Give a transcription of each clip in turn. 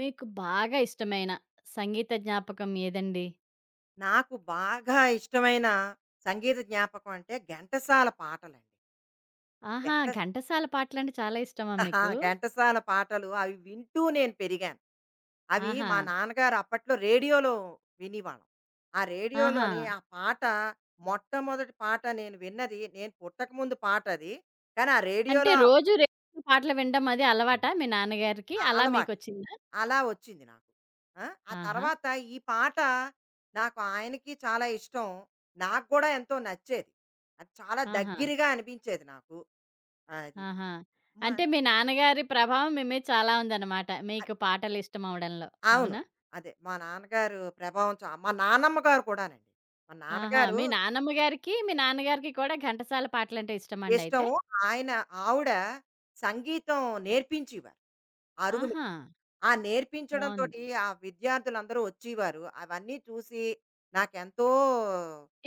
మీకు బాగా ఇష్టమైన సంగీత జ్ఞాపకం ఏదండి? నాకు బాగా ఇష్టమైన సంగీత జ్ఞాపకం అంటే ఘంటసాల పాటలండి. ఆహా! ఘంట ఘంటసాల పాటలంటే చాలా ఇష్టమా ఆ, మీకు? ఘంటసాల పాటలు అవి వింటూ నేను పెరిగాను. అవి ఆహా! మా నాన్నగారు అప్పట్లో రేడియోలో వినేవాళ్ళం. ఆ ఆహా! రేడియోలోని ఆ పాట మొట్టమొదటి పాట నేను విన్నది నేను పుట్టకముందు పాటది. కానీ ఆ అంటే రేడియోలో రోజు రేడియోలో పాటలు వినడం అది అలవాటా మీ నాన్నగారికి? ఆ అలా అలవాటు. మీకొచ్చిందా? అలా వచ్చింది నాకు. ఆ! ఆ ఆహా! తర్వాత ఈ పాట నాకు ఆయనకి చాలా ఇష్టం. నాకు కూడా ఎంతో నచ్చేది. అది చాలా ఆహా! దగ్గరగా అనిపించేది నాకు. అది. ఆహా! మా అంటే మీ నాన్నగారి ప్రభావం మీ మీద చాలా ఉందన్నమాట. అ మీకు పాటలు ఇష్టమవ్వడంలో. అవును. అవునా? అదే. మా నాన్నగారు ప్రభావం మా నానమ్మ గారు కూడానండి. మా ఆహా! నాన్నగారు మీ నాన్నమ్మ గారికి, మీ నాన్నగారికి కూడా ఘంటసాల పాటలంటే ఇష్టమండయితే? ఇష్టము. ఆయన ఆవిడ సంగీతం నేర్పించేవారు అరుగు. ఆహా! ఆ బావుంది. నేర్పించడంతోటి ఆ విద్యార్థులందరూ వచ్చేవారు. అవన్నీ చూసి నాకెంతో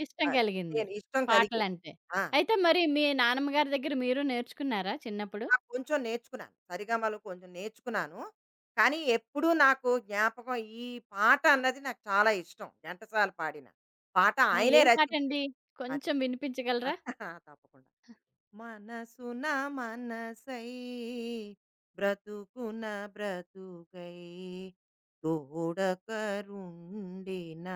ఇష్టం ఆహ్, కలిగింది. నేను ఇష్టం కలిగింది. పాటలంటే. ఆ! అయితే మరి మీ నానమ్మ గారి దగ్గర మీరు నేర్చుకున్నారా చిన్నప్పుడు? ఆ! కొంచెం నేర్చుకున్నాను. సరిగమలు కొంచెం నేర్చుకున్నాను. కానీ ఎప్పుడూ నాకు జ్ఞాపకం ఈ పాట అన్నది నాకు చాలా ఇష్టం. ఘంటసాల పాడిన పాట ఆ! ఆయనే ఏం రచించారు. పాటండి? అది. కొంచెం వినిపించగలరా? తప్పకుండా. మనసున మనసై బ్రతుకున బ్రతుకై తోడకరుండిన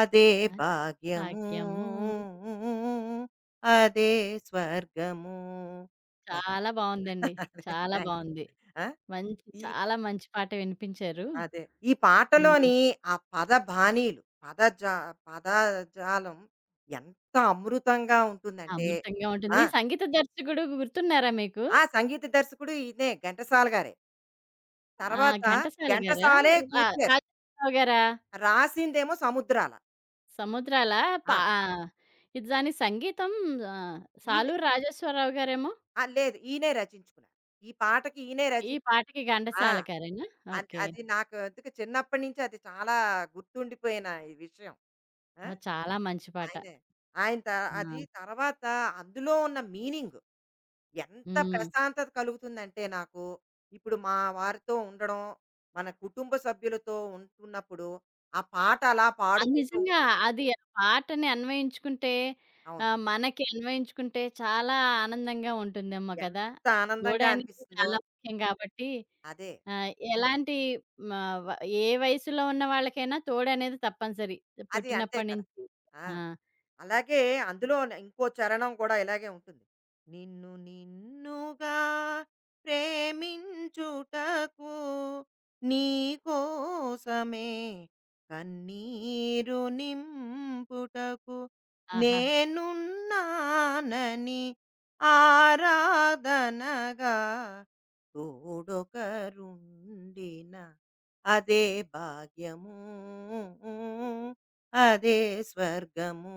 అదే ఆ! భాగ్యము 'భాగ్యము'. అదే స్వర్గము అది. చాలా బావుందండి. చాలా Thank you. బావుంది. ఆ, మంచి ఈ చాలా మంచి పాట వినిపించారు. అదే ఈ హ్మ్. పాటలోని ఆ పద బాణీలు పద జా పదజాలం ఎంత అమృతంగా ఉంటుందంటే అమృతంగా ఉంటుంది. సంగీత దర్శకుడు గుర్తున్నారా మీకు? ఆ! సంగీత దర్శకుడు ఈయనే ఘంటసాల గారే. ఆ! తర్వాత ఘంటసాల గారా? ఘంటసాలే రా కూర్చారు. రాజేంద్రరావు గారా? రాసిందేమో 'సముద్రాల'. 'సముద్రాల'. ఆ! పా ఇది దాని సంగీతం. ఆహ్, ఈయనే సాలూరు రాజేశ్వరరావు గారేమో. ఆ! లేదు ఈయనే రచించుకున్నారు. ఈ పాటకి ఈయనే ఈ పాటకి ఆ! ఘంటసాల గారేనా? అది ఓకే. అది నాకు అందుకు చిన్నప్పటి నుంచి అది చాలా గుర్తుండిపోయిన ఈ విషయం. ఆ! ఓహ్! చాలా మంచి పాట. ఆయనే. ఆయన త ఆ! అది తర్వాత అందులో ఉన్న మీనింగ్ ఎంత హ్మ్. ప్రశాంతత కలుగుతుందంటే నాకు, ఇప్పుడు మా వారితో ఉండడం, మన కుటుంబ సభ్యులతో ఉంటున్నప్పుడు, ఆ పాట అలా అది పాడుకుంటూ నిజంగా, ఉంటే అది ఆ పాటని అన్వయించుకుంటే, అవును. మనకి అన్వయించుకుంటే చాలా ఆనందంగా ఉంటుందేమో కదా! ఎంత గోడ ఆనందంగా అనేది అనిపిస్తుందో. చాలా ముఖ్యం కాబట్టి, అదే. ఎలాంటి మ వ ఏ వయసులో ఉన్న వాళ్ళకైనా తోడనేది తప్పనిసరి. అది అంతే పుట్టినప్పటి కదా! నుంచి. ఆ! ఆ! అలాగే అందులో ఇంకో చరణం కూడా ఇలాగే ఉంటుంది నిన్ను నిన్నుగా ప్రేమించుటకు నీ కోసమే కన్నీరు నింపుటకు ఆహా! నేనున్నానని ఆరాధనగా తోడొకరుండిన అదే భాగ్యము అదే స్వర్గము.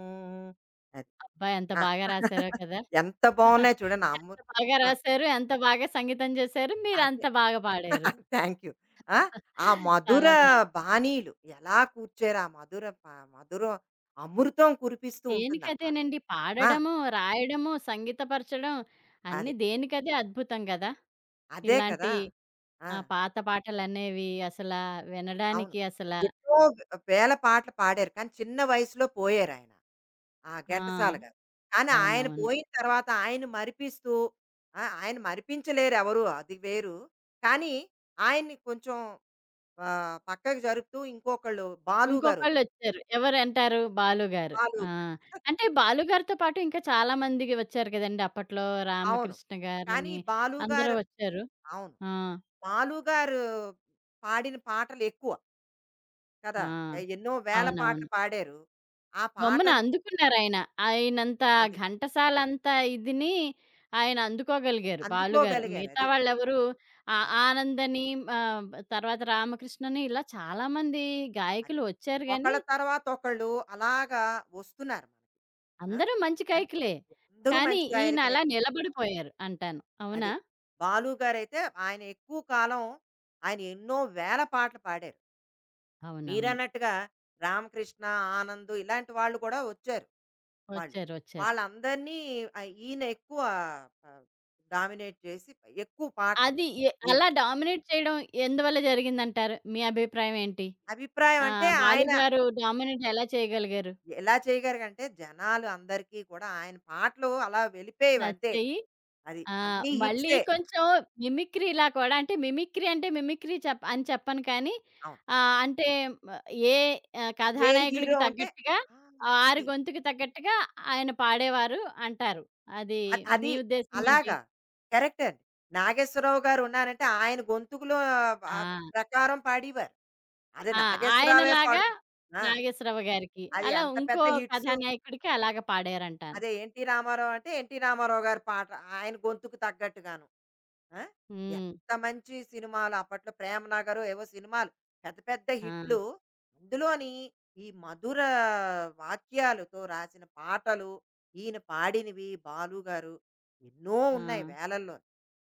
అది. అబ్బా! ఎంత ఆ! బాగా రాసారో కదా! ఎంత బావున్నాయి చూడండి. ఎంత బాగా ఆ! రాసారు, ఎంత బాగా సంగీతం చేశారు, అదే. మీరంత బాగా పాడారు. Thank you. ఆ! ఆ మధుర చాలా బావుంది. బాణీలు ఎలా కూర్చారు ఆ మధుర మధురం అమృతం కురిపిస్తూ ఉంటుంది ఆ పాట. దేనికదేనండి. ఆ! పాడడము, రాయడము, సంగీతపరచడం అన్నీ అదే. దేనికదే అద్భుతం గదా! అదే ఇలాంటి కదా! ఆ! పాత పాటలనేవి అవును. వినడానికి అసల. ఎన్నో వేల పాటలు పాడారు. కానీ చిన్న వయసులో పోయారాయన. ఆ! ఆ! ఘంటసాల గారు. కానీ ఆయన అవునవును. పోయిన తర్వాత ఆయన్ని మరిపిస్తూ ఆ! ఆయన మరిపించలేరు ఎవరు అది వేరు. కానీ ఆయన్ని కొంచెం పక్కకి జరుపుతూ ఇంకొకళ్ళు బాలు గారొచ్చారు. ఇంకొకళ్ళొచ్చారు. ఎవరంటారు? బాలు గారు. బాలు ఆ! గారు. అంటే బాలు గారితో పాటు ఇంకా చాలా మందికి వచ్చారు కదండీ! అప్పట్లో అవును. రామకృష్ణ కానీ గారని ఈ బాలు అందరూ గారు వచ్చారు. అవును. ఆ! బాలు గారు పాడిన పాటలు ఎక్కువ ఆ! కదా! ఎన్నో వేల పాటలు అవునవును. పాడారు. ఆ గమ్మున పాటలు అందుకున్నారాయన. ఆయనంత అది ఘంటసాలంత ఇదిని ఆయన అందుకోగలిగారు బాలుగారు. అందుకోగలిగారు మిగతా అది. వాళ్ళెవరు, ఆ అది. ఆనందని, ఆహ్, తర్వాత రామకృష్ణని ఇలా చాలామంది అది. గాయకులు వచ్చారు గానీ, ఒకళ్ళ తర్వాత ఒకళ్ళు అలాగా వస్తున్నారు మనకి. ఆ! అందరూ మంచి ఎంతో గాయకులే. అందరూ కానీ మంచి ఈయన గాయకులే. అలా నిలబడిపోయారు అంటాను. అది. అవునా? బాలు గారైతే ఆయన ఎక్కువ కాలం ఆయన ఎన్నో వేల పాటలు పాడారు. అవునవును. మీరన్నట్టుగా రామకృష్ణ, ఆనంద్ ఇలాంటి వాళ్ళు కూడా వచ్చారు వాళ్ళు. వచ్చారు. వచ్చారు. వాళ్ళందరినీ ఈయన ఎక్కువ ఆహ్, డామినేట్ చేసి ఎక్కువ పాటలు అది ఎ ఈయన. అలా డామినేట్ చేయడం ఎందువల్ల జరిగిందంటారు? మీ అభిప్రాయం ఏంటి? అభిప్రాయం అంటే ఆయన బాలుగారు డామినేట్ ఎలా చేయగలిగారు? ఎలా చేయగలిగారంటే జనాలు అందరికీ కూడా ఆయన పాటలు అలా వెళ్ళిపోయేవంతే. నచ్చాయి? అది. ఆ! అన్నీ మళ్ళీ హిట్సే. కొంచెం మిమిక్రీలా కూడా, అంటే మిమిక్రీ అంటే మిమిక్రీ అని చెప్పను కానీ, అవును. అంటే మ ఏ ఏ కథానాయకుడికి హీరో ఉంటే తగ్గట్టుగా, ఆ! ఆరి అది. గొంతుకి తగ్గట్టుగా ఆయన పాడేవారు అంటారు. అది అది మీ ఉద్దేశ్యం ఏంటి? అలాగా. కరెక్టే అండి. నాగేశ్వరరావు గారున్నారంటే ఆయన గొంతుకులో ఆహ్, ఆ! ప్రకారం పాడేవారు. అదే ఆ! నాగేశ్వరరావే ఆయనలాగా పాడుతు ఆ! నాగేశ్వరరావు గారికి అది అలా ఎంత ఇంకో పెద్ద హిట్సు. కథానాయకుడికి అలాగా పాడారంటాను. అదే ఎన్టీ రామారావు అంటే, ఎన్టీ రామారావు గారి పాట ఆయన గొంతుకు తగ్గట్టుగాను. ఆ? హ్మ్. ఎంత మంచి సినిమాలు అప్పట్లో ప్రేమ నగరు ఏవో సినిమాలు పెద్ద పెద్ద ఆ! హిట్లు అందులోని ఈ మధుర వాక్యాలతో రాసిన పాటలు ఈయన పాడినవి బాలు గారు ఎన్నో ఆ! ఉన్నాయి వేలల్లో.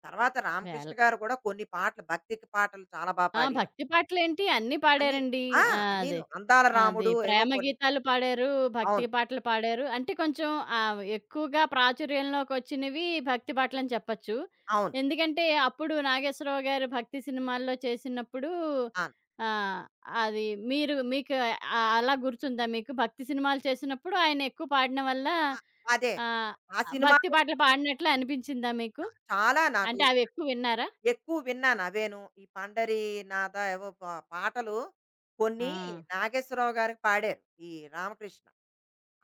తర్వాత రామకృష్ణ వేళ. గారు కూడా కొన్ని పాటలు భక్తికి పాటలు చాలా బాగా ఆ! పాడేవారు. భక్తి పాటలేంటి అన్నీ అన్ని పాడారండి. ఆ ఆ! అదే. అన్నీను అందాల అది రాముడు ఏవో ప్రేమ కొన్ని. గీతాలు పాడారు, భక్తి అవును పాటలు పాడారు. అంటే కొంచెం ఎక్కువగా ప్రాచుర్యంలోకొచ్చినవి భక్తి పాటలని చెప్పొచ్చు. అవును ఎందుకంటే అప్పుడు నాగేశ్వరరావు గారు భక్తి సినిమాల్లో చేసినప్పుడు, అవును ఆహ్, అది మీరు మీకు, అలా గుర్తుందా మీకు? భక్తి సినిమాలు చేసినప్పుడు ఆయన ఎక్కువ పాడడం వల్ల, ఆ, ఆ, అదే అదే. ఆహ్, ఆ సినిమా భక్తి పాటలు పాడినట్లు అనిపించిందా మీకు? చాలా నాకు అంటే అవెక్కువ విన్నారా? ఎక్కువ విన్నాను అవేను. ఈ పండరీనాథ ఏవో పాటలు ఆ! కొన్ని నాగేశ్వరరావు గారు పాడారు. ఈ రామకృష్ణ.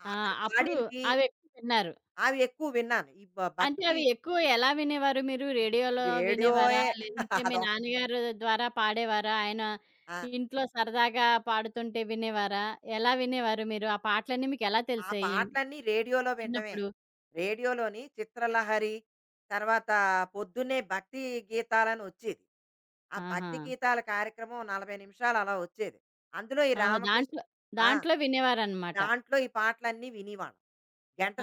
ఆ! అతను అప్పుడు పాడినవి అవెక్కువ విన్నారు. అవి ఎక్కువ విన్నాను. ఈ అంటే భక్తి అవి ఎక్కువ ఎలా వినేవారు మీరు? రేడియోలో వినేవారా? రేడియోయే లేదంటే మీ అదొక నాన్నగారు ద్వారా పాడేవారా? ఆయన ఆ! ఇంట్లో సరదాగా పాడుతుంటే వినేవారా? ఎలా వినేవారు మీరు? ఆ పాటలన్నీ మీకెలా ఆ తెలిసాయి పాటలన్నీ రేడియోలో వినడమే. చిన్నప్పుడు? రేడియోలోని 'చిత్రలహరి' తర్వాత పొద్దున్నే భక్తి గీతాలని వచ్చేది. ఆ ఆహా! భక్తి గీతాల కార్యక్రమం 40 నిమిషాలు అలా వచ్చేది. అందులో ఈ ఓహో! రామకృష్ణ దాంట్లో ఆ! దాంట్లో వినేవారనమాట. దాంట్లో ఈ పాటలన్నీ వినేవాళ్ళం.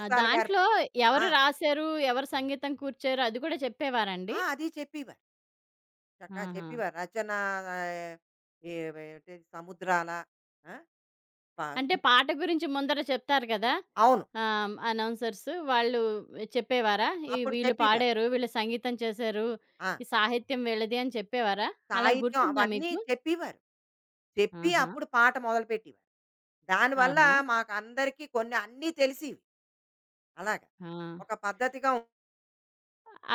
ఆ! గారు దాంట్లో ఎవరు ఆ! రాశారు? ఎవరు సంగీతం కూర్చారు? అది కూడా చెప్పేవారండి? ఆ! అది చెప్పేవారు. చక్కగా ఆహా! చెప్పేవారు. రచన ఆహ్, ఏ ఏంటి సముద్రాల ఆ! ప అంటే పాట గురించి ముందర చెప్తారు కదా! అవును. ఆహ్, అనౌన్సర్స్ వాళ్ళు చెప్పేవారా? ఈ అప్పుడు వీళ్ళు చెప్పేవారు. పాడారు, వీళ్ళు సంగీతం చేశారు, ఆ! ఈ సాహిత్యం వీళ్ళది అని చెప్పేవారా? అలా సాహిత్యం గుర్తుందా అవన్నీ మీకు? చెప్పేవారు. చెప్పి ఆహా! అప్పుడు పాట మొదలుపెట్టేవారు. దానివల్ల ఆహా! మాకందరికీ కొన్ని అన్నీ తెలిసేవి. అలాగా. ఆ! ఒక పద్ధతిగా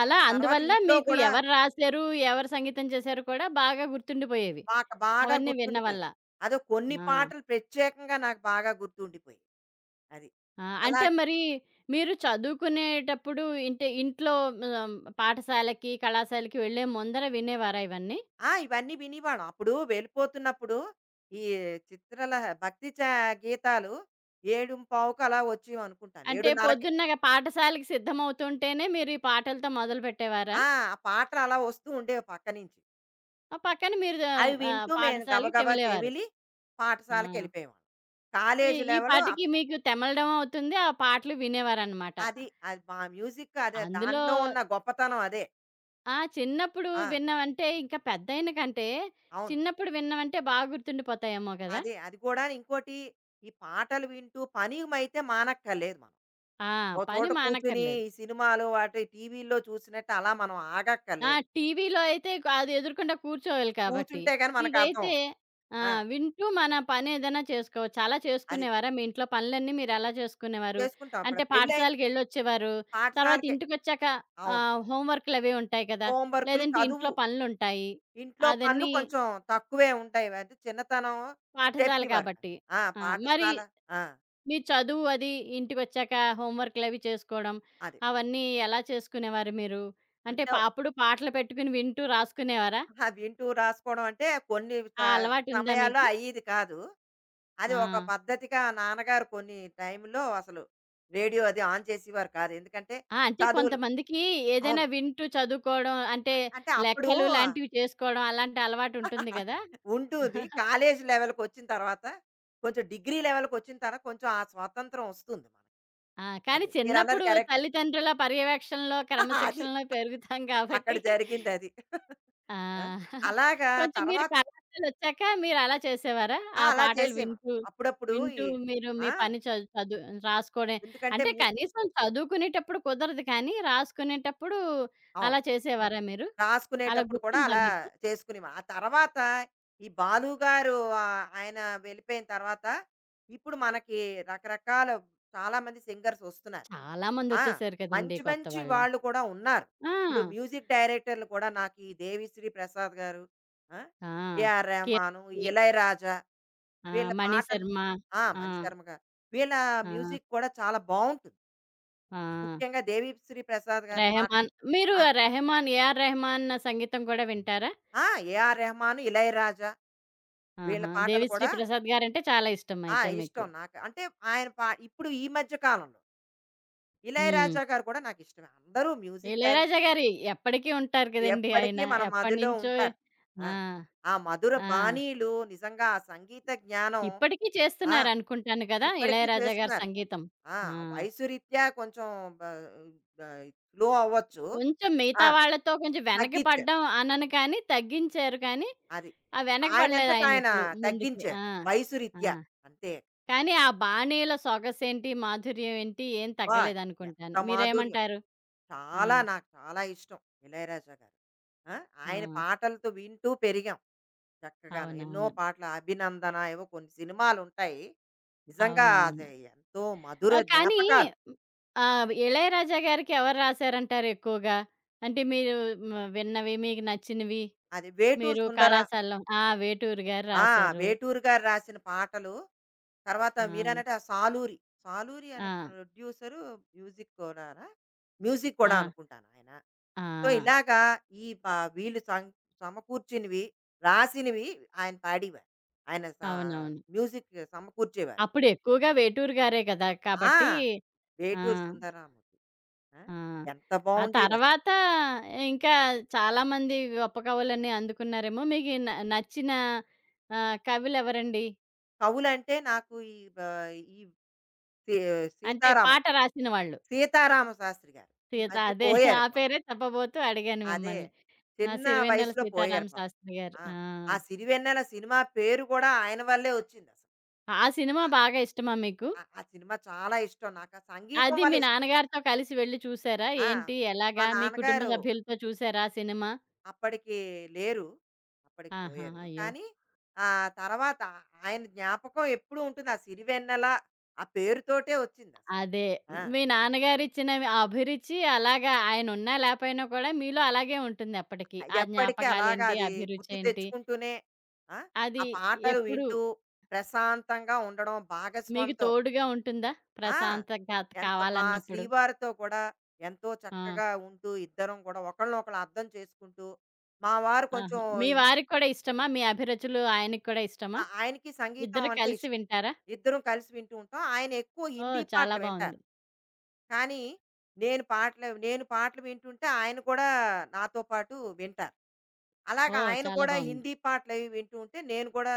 అలా తర్వాత అందువల్ల ఇంట్లో మీకు కూడా ఎవరు రాశారు, ఎవరు సంగీతం చేశారు కూడా బాగా గుర్తుండిపోయేవి. మాకు బాగా అవన్నీ విన్నవల్ల. గుర్తుండిపోయింది. అదో కొన్ని ఆ! పాటలు ప్రత్యేకంగా నాకు బాగా గుర్తుండిపోయాయి. అది. ఆ! అలా అంటే మరి మీరు చదువుకునేటప్పుడు ఇంట్లో, ఆహ్, పాఠశాలకి, కళాశాలకి వెళ్ళే ముందర వినేవారా ఇవన్నీ? ఆ! ఇవన్నీ వినేవాళ్ళం. అప్పుడు వెళ్ళిపోతున్నప్పుడు ఈ భక్తి గీతాలు 7:15కు అలా వచ్చేవనుకుంటాను. అంటే 7:30కి పొద్దున్నగ పాఠశాలకు సిద్ధమవుతుంటేనే మీరు ఈ పాటలతో మొదలుపెట్టేవారా? ఆ! ఆ పాటలు అలా వస్తూ ఉండేవి పక్క నుంచి. ఆ పక్కన మీరు, అవి వింటూ మేము పాఠశాలకి గబగబా తెమిలేవారు. తెమిలి ఆ! పాఠశాలకెళ్ళిపోయేవాళ్ళం. ఈ కాలేజీ ఈ లెవెలు పాటకి మీకు తెమలడం అవుతుంది. ఆ పాటలు వినేవారనమాట. అది అది మా మ్యూజిక్ అదే అందులో దాంట్లో ఉన్న గొప్పతనం అదే. ఆ! చిన్నప్పుడు ఆ! విన్నవంటే ఇంకా పెద్దయిన కంటే అవును. చిన్నప్పుడు విన్నవంటే బాగా గుర్తుండిపోతాయేమో గదా! అదే. అది కూడా ఇంకోటి ఈ పాటలు వింటూ పని అయితే మానక్కర్లేదు మనకి. ఆ! ఓ చోట పని కూర్చుని మానక్కర్లేదు. ఈ సినిమాలు వాటి టీవీల్లో చూసినట్టు అలా మనం ఆ! ఆగక్కర్లేదు. టీవీలో అయితే అది ఎదురుకుండా కూర్చోవాలి కాబట్టి. కూర్చుంటే గాని మనకు అర్థం ఇదైతే అవుతుంది. ఆ! ఆ! వింటూ మన పనేదైనా చేసుకోవచ్చు. అలా అది చేసుకునేవారా? మీ ఇంట్లో పనులన్నీ మీరెలా చేసుకునేవారు? చేసుకుంటాం. ఇప్పుడు అంటే పెళ్ళైన పాఠశాలకెళ్ళొచ్చేవారు. తర్వాత పాఠశాలకే. ఇంటికొచ్చాక, అవును. హోమ్ వర్క్‌లవి ఉంటాయి కదా! హోమ్ వర్కులు, లేదంటే ఇంట్లో చదువు, పనులుంటాయి. ఇంట్లో పనులు అదన్నీ కొంచెం తక్కువే ఉంటాయి. అంటే చిన్నతనం పాఠశాల చెప్పేవారు కాదు. కాబట్టి. ఆ! ఆ! మరి పాఠశాల ఆ! మీ చదువు అది ఇంటికొచ్చాక హోమ్ వర్క్‌లవి చేసుకోవడం, అది. అవన్నీ ఎలా చేసుకునేవారు మీరు? అంటే అంటే అప్పుడు పాటలు పెట్టుకుని వింటూ రాసుకునేవారా? ఆ! వింటూ రాసుకోవడం అంటే కొన్ని ఆ అలవాటుందా సమయాల్లో మీకు? అయ్యేది కాదు. ఆ! అది ఒక పద్ధతిగా నాన్నగారు కొన్ని టైంలో అసలు రేడియో అది ఆన్ చేసేవారు కాదు. ఎందుకంటే ఆ! అంటే చదువులు కొంతమందికి ఏదైనా అవును. వింటూ చదువుకోవడం అంటే అంటే అప్పుడు లెక్కలు లాంటివి చేసుకోవడం అలాంటి అలవాటుంటుంది గదా! ఉంటుంది. కాలేజీ లెవెల్‌కొచ్చిన తర్వాత, కొంచెం డిగ్రీ లెవెల్‌కొచ్చిన తర్వాత కొంచెం ఆ స్వాతంత్రం వస్తుంది మనకి. ఆ! కానీ అది. మీరన్నది చిన్నప్పుడు కరెక్టే. తల్లిదండ్రుల పర్యవేక్షణలో, అది. క్రమశిక్షణలో పెరుగుతాం అక్కడ కాబట్టి. జరిగిందది. ఆ! ఆ! అలాగా కొంచెం మీరు తర్వాత కళాశాలొచ్చాక మీరలా చేసేవారా? ఆ! ఆ అలా పాటలు చేసేవాళ్ళం. వింటూ, అప్పుడప్పుడు వింటూ ఈ మీరు ఆ! మీ పని చదు చదు రాసుకోవడం, ఎందుకంటే అంటే కనీసం చదువుకునేటప్పుడు కుదరదు కానీ, రాసుకునేటప్పుడు అవును. అలా చేసేవారా మీరు? అలా రాసుకునేటప్పుడు కూడా గుర్తుందా అలా మీకు? చేసుకునేవాళ్ళం. ఆ తర్వాత ఈ బాలు గారు ఆయన వెళ్ళిపోయిన తర్వాత ఇప్పుడు మనకి రకరకాల చాలా మంది సింగర్స్ వస్తున్నారు. చాలా ఆ! మందొచ్చేసారు కదండీ మంచి కొత్త మంచి వాళ్ళు. వాళ్ళు కూడా ఉన్నారు. ఇప్పుడు ఆ! మ్యూజిక్ డైరెక్టర్లు కూడా నాకు ఈ 'దేవిశ్రీ ప్రసాద్' గారు, ఆ! ఆ! ఏఆర్ రెహమాను, కీర్తి, 'ఇళయరాజా' ఆ! వీళ్ళ పాటలు మణిశర్మ. ఆ! ఆ! మణిశర్మ గారు. వీళ్ళ ఆ! మ్యూజిక్ కూడా చాలా బావుంటుంది. ఆ! ముఖ్యంగా 'దేవిశ్రీ ప్రసాద్' గారి పాటలు రెహమాన్. మీరు ఆ! రెహమాన్, ఏఆర్ రెహమాన్ సంగీతం కూడా వింటారా? ఆ! ఏఆర్ రెహమాను, ఇళయరాజా వీళ్ళ ఆహా! పాటలు 'దేవిశ్రీ కూడా ప్రసాద్' గారంటే చాలా ఇష్టం ఆ! అయితే మీకు. ఇష్టం నాకు. అంటే ఆయన ఇప్పుడు ఈ మధ్య కాలంలో. హ్మ్. ఇళయరాజా గారు కూడా నాకిష్టమే. అందరూ మ్యూజిక్ డైరెక్టర్ 'ఇళయరాజా' గారి ఎప్పటికి ఉంటారు కదండీ ఎప్పటికీ ఆయన. మన మదిలో ఎప్పటినుంచో ఉంటారు. ఆ! ఆ! ఆ మధుర ఆ! బాణీలు నిజంగా ఆ సంగీత జ్ఞానం ఇప్పటికి ఆ! చేస్తున్నారనుకుంటాను కదా! ఇప్పటికీ 'ఇళయరాజా' గారి చేస్తున్నారు. సంగీతం. ఆ! ఆ! వయసు రీత్యా కొంచెం బ బ స్లో అవ్వచ్చు. కొంచెం ఆ! మిగతా వాళ్ళతో కొంచెం వెనక్కి తగ్గించారు. పడ్డం అనను కానీ, తగ్గించారు కానీ, అది. ఆ వెనక పడలేదు ఆయనంతట ఆయన ఆయనెప్పుడు ముందుకి. తగ్గించారు. ఆ! వయసు ఆ! రీత్యా. అంతే. కానీ ఆ బాణీల సొగసేంటి, మాధుర్యం ఏంటి ఏం అబ్బా! ఎంత తగ్గలేదనుకుంటాను. మాధుర్యం. మీరేమంటారు? ఆ! చాలా ఇష్టం 'ఇళయరాజా' గారు. ఆ! ఆ! ఆయన పాటలతో వింటూ పెరిగాం. చక్కగాను. ఎన్నో అవునవును. పాటలు 'అభినందన' ఏవో కొన్ని సినిమాలుంటాయి. నిజంగా అది అవునవును. ఎంతో మధుర ఆ! కానీ, జ్ఞాపకాలు. 'ఇళయరాజా' గారికి ఎవరు రాశారంటారు ఎక్కువగా? అంటే మీరు విన్నవి, మీకు నచ్చినవి, అది 'వేటూరి మీరు సుందర' కళాశాలలో. ఆ! 'వేటూరు' గారు ఆ! రాశారు. వేటూరు గారు రాసిన పాటలు. తర్వాత ఆ! మీరన్నట్టు ఆ 'సాలూరి'. 'సాలూరి' అనే ఆ! ప్రొడ్యూసరు మ్యూజిక్ కూడానా? మ్యూజిక్ ఆ! కూడా అనుకుంటాను ఆయన. ఆ! సో, ఇలాగా ఈ వీళ్ళు సమకూర్చినవి, రాసినవి ఆయన పాడేవారు. ఆయన అవునవును. మ్యూజిక్ సమకూర్చేవారు. అప్పుడు ఎక్కువగా 'వేటూరు' గారే కదా! ఆ! కాబట్టి ఆ! 'వేటూరి సుందరరామూర్తి'. ఆ! ఆ! ఎంత ఆ బావుండేవసలు. తర్వాత ఇంకా చాలామంది గొప్ప కవులని అందుకున్నారేమో. మీకు నచ్చిన, కవులెవరండి? కవులంటే నాకు ఈ ఈ సీ అంటే సీతారామ, పాట రాసిన వాళ్ళు. సీతారామ శాస్త్రి గారు. ఈ మధ్య అదే. ఆ పోయారు పాపం. పేరే చెప్పబోతూ అడిగాను అదే. మిమ్మల్ని. ఆ! చిన్న 'సిరివెన్నెల వయసులో సీతారామ పోయారు పాపం. శాస్త్రి' గారు. ఆ! ఆ! ఆ 'సిరివెన్నెల' సినిమా పేరు కూడా ఆయన వల్లే వచ్చిందసలు. ఆ సినిమా ఆ! బాగా ఇష్టమా మీకు? ఆ! ఆ సినిమా చాలా ఇష్టం నాకు. ఆ సంగీతం అది వల్ల మీ ఇష్టం. నాన్నగారితో కలిసి వెళ్లి చూసారా? ఆ! ఏంటి? మా ఎలాగా? మీ కుటుంబ నాన్నగారు సభ్యులతో చూసారా ఆ సినిమా? అప్పటికి లేరు. అప్పటికి ఆహా! పోయారు. అయ్యో! కానీ తర్వాత ఆయన జ్ఞాపకం ఎప్పుడూ ఉంటుంది. ఆ సిరివెన్నెల ఆ పేరుతోటే వచ్చిందసలు. అదే. ఆ! మీ నాన్నగారిచ్చిన ఆ అభిరుచి అలాగా ఆయనున్నా లేపోయినా కూడా మీలో అలాగే ఉంటుంది అప్పటికి. ఆ ఎప్పటికీ అలాగా జ్ఞాపకాలేంటి? అది గుర్తు అభిరుచేంటి? తెచ్చుకుంటూనే ఆ! ఆ అది పాటలు ఎప్పుడు వింటూ ప్రశాంతంగా ఉండడం మీకు భాగస్వామితో తోడుగా ఉంటుందా? ఆ! ప్రశాంతత ఎంత మా కావాలన్నప్పుడు? శ్రీవారితో కూడా ఎంతో ఆ! చక్కగా ఉంటూ ఇద్దరం కూడా ఒకళ్ళనొకళ్ళు అర్థం చేసుకుంటూ, మా వారు ఆహా! కొంచెం మీ వారికి కూడా ఇష్టమా? మీ అభిరుచులు ఆయనకి కూడా ఆ! ఇష్టమా? ఆయనకి సంగీతం ఇద్దరు అంటే కలిసి ఇష్టం. వింటారా? ఇద్దరం కలిసి వింటూ ఉంటాం. ఆయన ఎక్కువ ఓహ్! హిందీ చాలా పాటలు వింటారు. బావుంది. కానీ నేను పాటలు వింటుంటే ఆయన కూడా నాతో పాటు వింటారు. అలాగ ఓహ్! ఆయన చాలా కూడా బావుంది. హిందీ పాటలవి వింటూ ఉంటే నేను కూడా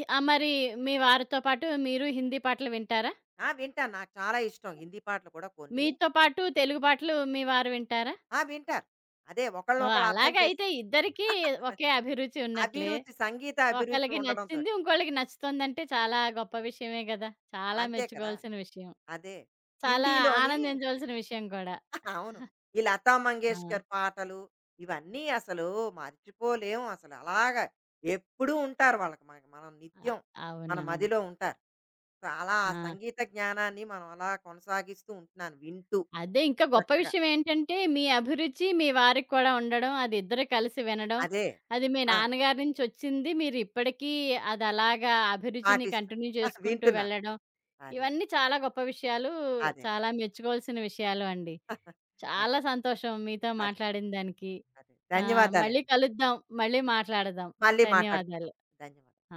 ఆ! మరి మీ వారితో పాటు మీరు హిందీ పాటలు వింటారా? ఆ! వింటాను. నాకు చాలా ఇష్టం హిందీ పాటలు కూడా కొన్ని. మీతో పాటు తెలుగు పాటలు మీ వారు వింటారా? ఆ! వింటారు. అదే ఓహ్! ఒకళ్ళనొకళ్ళు అర్థం అలాగైతే ఇద్దరికీ ఒకే అభిరుచి ఉన్నట్లే. అభిరుచి సంగీత అభిరుచి ఒకళ్ళకి నచ్చింది ఉండడంతోటి. ఇంకోళ్ళకి నచ్చుతుందంటే చాలా గొప్ప విషయమే గదా! చాలా అంతే కదా! మెచ్చుకోవాల్సిన విషయం. అదే. చాలా హిందీలోని ఆనందించవలసిన విషయం కూడా. అవును. ఈ లతా ఆ! మంగేష్కర్ పాటలు, ఇవన్నీ అసలు మర్చిపోలేము అసలు. అలాగా ఎప్పుడూ ఉంటారు వాళ్ళకి మనకి మనం అ నిత్యం మన అవునవును. మదిలో ఉంటారు. సో, అలా ఆ ఆ! సంగీత జ్ఞానాన్ని మనం అలా కొనసాగిస్తూ ఉంటున్నాను వింటూ అదే ఇంకా గొప్ప చక్కగా. విషయం ఏంటంటే, మీ అభిరుచి మీ వారికి కూడా ఉండడం, అది ఇద్దరు కలిసి వినడం. అదే. అది మీ ఆ! నాన్నగారి నుంచొచ్చింది. మీరు ఇప్పటికీ అది అలాగా అభిరుచిని పాటిస్తాను. కంటిన్యూ చేసుకుంటూ వింటున్నాను. వెళ్ళడం. అదే. ఇవన్నీ చాలా గొప్ప విషయాలు. అదే. చాలా మెచ్చుకోవాల్సిన విషయాలు అండి. అదే. చాలా సంతోషం మీతో అదే. మాట్లాడిన దానికి. అదే. ఆహ్, మళ్ళీ ధన్యవాదాలండి. కలుద్దాం. మళ్ళీ మాట్లాడదాం. మళ్ళీ మాట్లాడుకుందాం. ధన్యవాదాలు. ధన్యవాదాలు. ఆ!